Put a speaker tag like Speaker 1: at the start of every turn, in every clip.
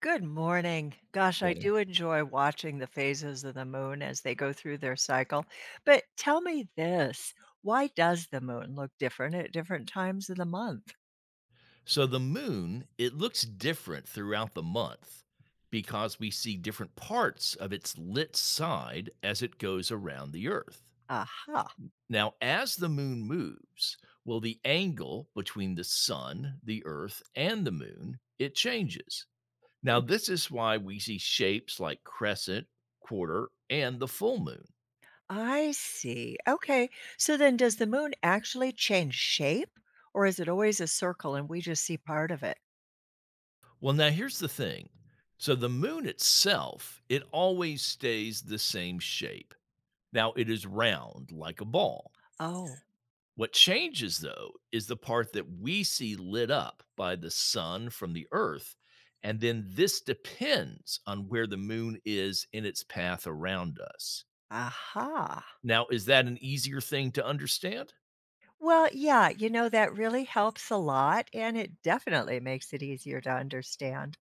Speaker 1: Good morning. Gosh, I
Speaker 2: Morning.
Speaker 1: do enjoy watching the phases of the moon as they go through their cycle. But tell me this, why does the moon look different at different times of the month?
Speaker 2: So the moon, it looks different throughout the month because we see different parts of its lit side as it goes around the earth.
Speaker 1: Aha.
Speaker 2: Now, as the moon moves, well, the angle between the sun, the earth, and the moon, it changes. Now,
Speaker 1: Hmm,
Speaker 2: this is why we see shapes like crescent, quarter, and the full moon.
Speaker 1: I see. Okay. So then does the moon actually change shape or is it always a circle and we just see part of it?
Speaker 2: Well, now here's the thing. So the moon itself, it always stays the same shape. Now it is round like a ball.
Speaker 1: Oh,
Speaker 2: What changes, though, is the part that we see lit up by the sun from the earth. And then this depends on where the moon is in its path around us.
Speaker 1: aha.
Speaker 2: Now, is that an easier thing to understand?
Speaker 1: Well, yeah, you know, that really helps a lot and it definitely makes it easier to understand.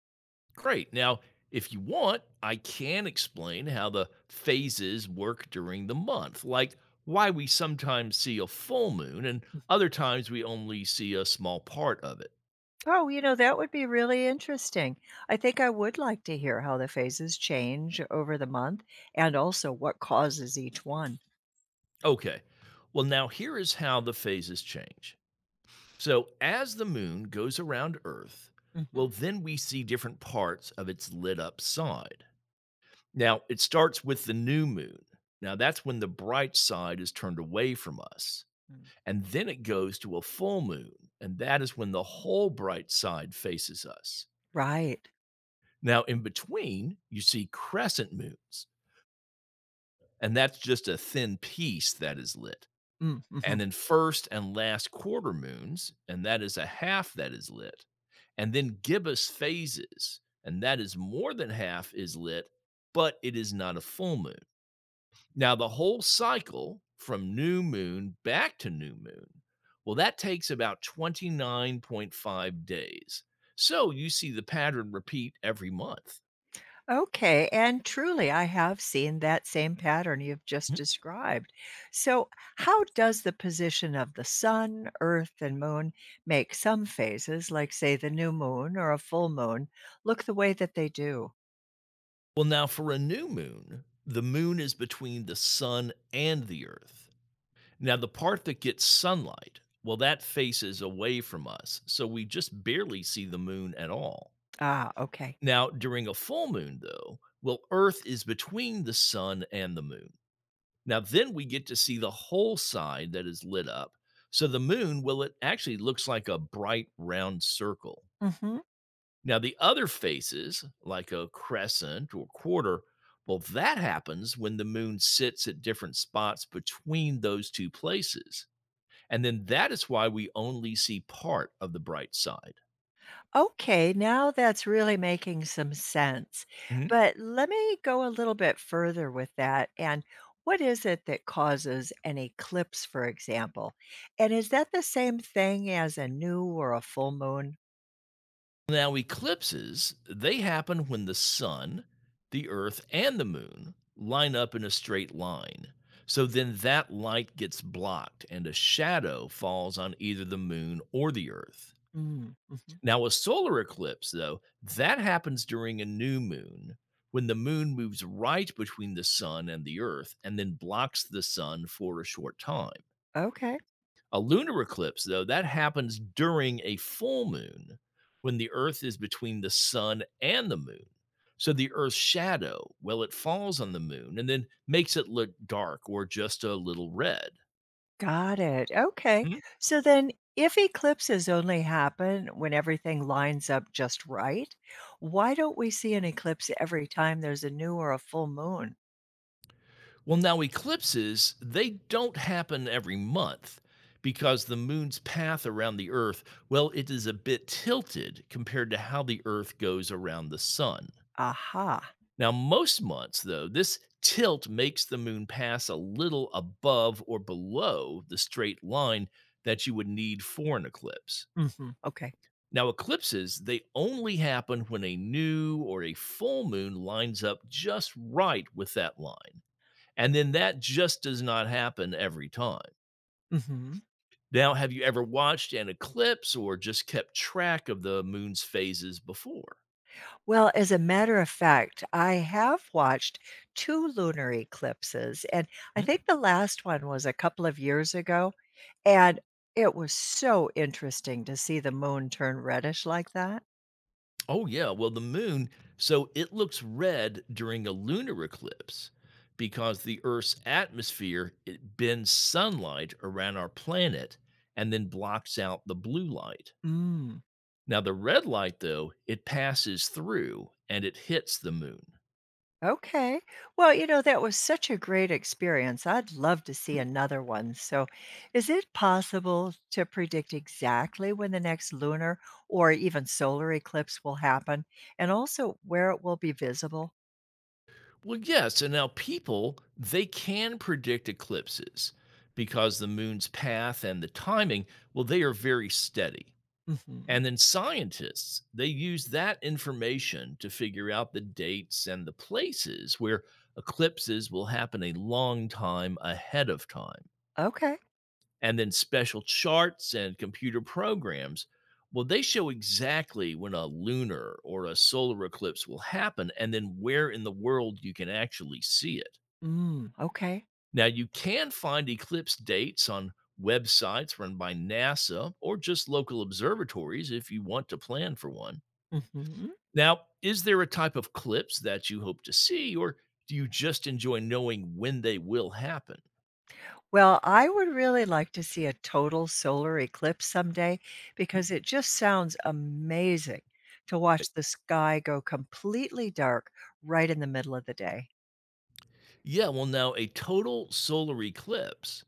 Speaker 2: Great. Now, if you want, I can explain how the phases work during the month, like why we sometimes see a full moon and other times we only see a small part of it.
Speaker 1: Oh, you know, that would be really interesting. I think I would like to hear how the phases change over the month and also what causes each one.
Speaker 2: Okay. Well, now here is how the phases change. So, as the moon goes around Earth, well,
Speaker 1: Mhm,
Speaker 2: then we see different parts of its lit up side. Now, it starts with the new moon. Now, that's when the bright side is turned away from us.
Speaker 1: mm.
Speaker 2: And then it goes to a full moon. And that is when the whole bright side faces us.
Speaker 1: Right.
Speaker 2: Now, in between, you see crescent moons. And that's just a thin piece that is lit,
Speaker 1: Mm, mhm.
Speaker 2: and then first and last quarter moons, and that is a half that is lit, and then gibbous phases, and that is more than half is lit, but it is not a full moon. Now, the whole cycle from new moon back to new moon, well, that takes about 29.5 days. So you see the pattern repeat every month.
Speaker 1: Okay. And truly, I have seen that same pattern you've just described. So, how does the position of the sun, earth, and moon make some phases, like, say, the new moon or a full moon, look the way that they do?
Speaker 2: Well, now for a new moon, the moon is between the sun and the earth. Now, the part that gets sunlight, well, that faces away from us, so we just barely see the moon at all.
Speaker 1: Ah, okay.
Speaker 2: Now, during a full moon, though, well, Earth is between the sun and the moon. Now, then we get to see the whole side that is lit up. So the moon, well, it actually looks like a bright round circle.
Speaker 1: Hmm.
Speaker 2: Now, the other faces, like a crescent or quarter, well, that happens when the moon sits at different spots between those two places. And then that is why we only see part of the bright side.
Speaker 1: Okay, now that's really making some sense.
Speaker 2: Mhm.
Speaker 1: But let me go a little bit further with that. And what is it that causes an eclipse, for example? And is that the same thing as a new or a full moon?
Speaker 2: Now, eclipses, they happen when the sun, the earth, and the moon line up in a straight line. So then that light gets blocked and a shadow falls on either the moon or the earth.
Speaker 1: Mm, mhm.
Speaker 2: Now, a solar eclipse, though, that happens during a new moon when the moon moves right between the sun and the earth and then blocks the sun for a short time.
Speaker 1: Okay,
Speaker 2: A lunar eclipse, though, that happens during a full moon when the Earth is between the sun and the moon. So the Earth's shadow, well, it falls on the moon and then makes it look dark or just a little red.
Speaker 1: got it. Okay.
Speaker 2: Hmm?
Speaker 1: So then, if eclipses only happen when everything lines up just right, why don't we see an eclipse every time there's a new or a full moon?
Speaker 2: Well, now eclipses, they don't happen every month because the moon's path around the Earth, well, it is a bit tilted compared to how the Earth goes around the sun.
Speaker 1: Aha.
Speaker 2: Now, most months, though, this tilt makes the moon pass a little above or below the straight line that you would need for an eclipse.
Speaker 1: Mhm. Okay.
Speaker 2: Now, eclipses, they only happen when a new or a full moon lines up just right with that line. And then that just does not happen every time.
Speaker 1: Mhm.
Speaker 2: Now, have you ever watched an eclipse or just kept track of the moon's phases before?
Speaker 1: Well, as a matter of fact, I have watched 2 lunar eclipses, and I
Speaker 2: Hmm?
Speaker 1: think the last one was a couple of years ago, and it was so interesting to see the moon turn reddish like that.
Speaker 2: Oh, yeah. Well, the moon, so it looks red during a lunar eclipse because the Earth's atmosphere it bends sunlight around our planet and then blocks out the blue light.
Speaker 1: Mm.
Speaker 2: Now, the red light, though, it passes through and it hits the moon.
Speaker 1: Okay. Well, you know, that was such a great experience. I'd love to see
Speaker 2: Hmm.
Speaker 1: another one. So, is it possible to predict exactly when the next lunar or even solar eclipse will happen and also where it will be visible?
Speaker 2: Well, yeah. So now people, they can predict eclipses because the moon's path and the timing, well, they are very steady.
Speaker 1: Mhm.
Speaker 2: And then scientists, they use that information to figure out the dates and the places where eclipses will happen a long time ahead of time.
Speaker 1: Okay.
Speaker 2: And then special charts and computer programs, well, they show exactly when a lunar or a solar eclipse will happen and then where in the world you can actually see it.
Speaker 1: Mm, okay.
Speaker 2: Now, you can find eclipse dates on websites run by NASA or just local observatories if you want to plan for one.
Speaker 1: Mhm.
Speaker 2: Now, is there a type of clips that you hope to see, or do you just enjoy knowing when they will happen?
Speaker 1: Well, I would really like to see a total solar eclipse someday
Speaker 2: Hmm.
Speaker 1: because it just sounds amazing to watch the sky go completely dark right in the middle of the day.
Speaker 2: Yeah, well, now a total solar eclipse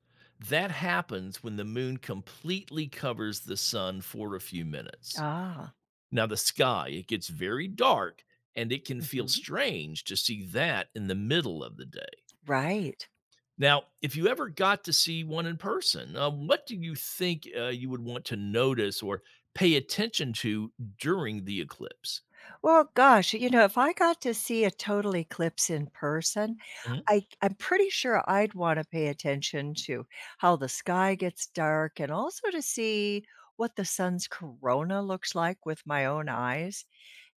Speaker 2: that happens when the moon completely covers the sun for a few minutes.
Speaker 1: Ah,
Speaker 2: Now, the sky, it gets very dark and it can feel
Speaker 1: mhm.
Speaker 2: strange to see that in the middle of the day.
Speaker 1: Right.
Speaker 2: Now, if you ever got to see one in person, what do you think you would want to notice or pay attention to during the eclipse?
Speaker 1: Well, gosh, you know, if I got to see a total eclipse in person,
Speaker 2: Mhm.
Speaker 1: I'm pretty sure I'd wanna pay attention to how the sky gets dark and also to see what the sun's corona looks like with my own eyes,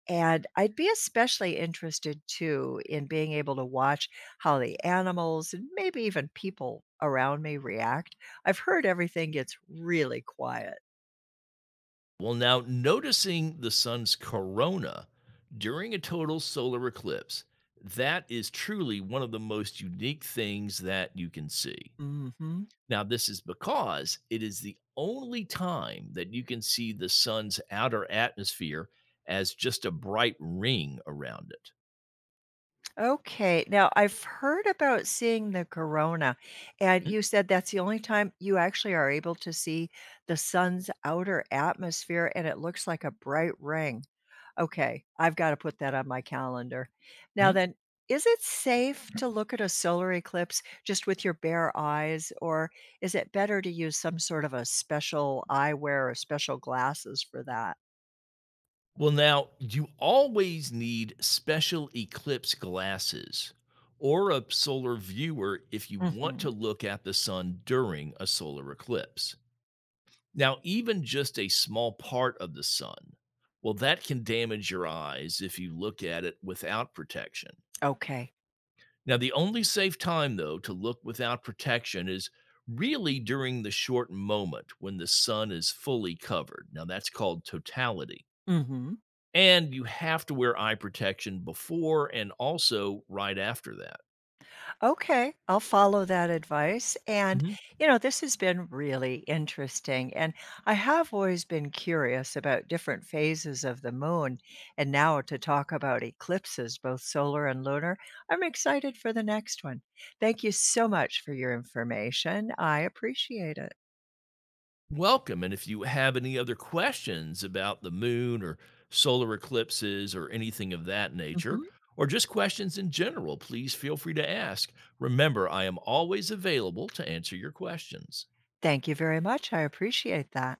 Speaker 1: and I'd be especially interested too in being able to watch how the animals and maybe even people around me react. I've heard everything gets really quiet.
Speaker 2: Well, now noticing the sun's corona during a total solar eclipse, that is truly one of the most unique things that you can see.
Speaker 1: Mhm.
Speaker 2: Now, this is because it is the only time that you can see the sun's outer atmosphere as just a bright ring around it.
Speaker 1: Okay. Now, I've heard about seeing the corona, and you said that's the only time you actually are able to see the sun's outer atmosphere, and it looks like a bright ring. Okay, I've got to put that on my calendar. Now,
Speaker 2: Mhm.
Speaker 1: then, is it safe to look at a solar eclipse just with your bare eyes, or is it better to use some sort of a special eyewear or special glasses for that?
Speaker 2: Well, now you always need special eclipse glasses or a solar viewer if you want to
Speaker 1: Hmm.
Speaker 2: look at the sun during a solar eclipse. Now, even just a small part of the sun, well, that can damage your eyes if you look at it without protection.
Speaker 1: Okay.
Speaker 2: Now, the only safe time, though, to look without protection is really during the short moment when the sun is fully covered. Now, that's called totality.
Speaker 1: Hmm.
Speaker 2: And you have to wear eye protection before and also right after that.
Speaker 1: Okay, I'll follow that advice. And,
Speaker 2: Mhm.
Speaker 1: you know, this has been really interesting. And I have always been curious about different phases of the moon. And now to talk about eclipses, both solar and lunar, I'm excited for the next one. Thank you so much for your information. I appreciate it.
Speaker 2: Welcome. And if you have any other questions about the moon or solar eclipses or anything of that nature,
Speaker 1: Mhm.
Speaker 2: or just questions in general, please feel free to ask. Remember, I am always available to answer your questions.
Speaker 1: Thank you very much. I appreciate that.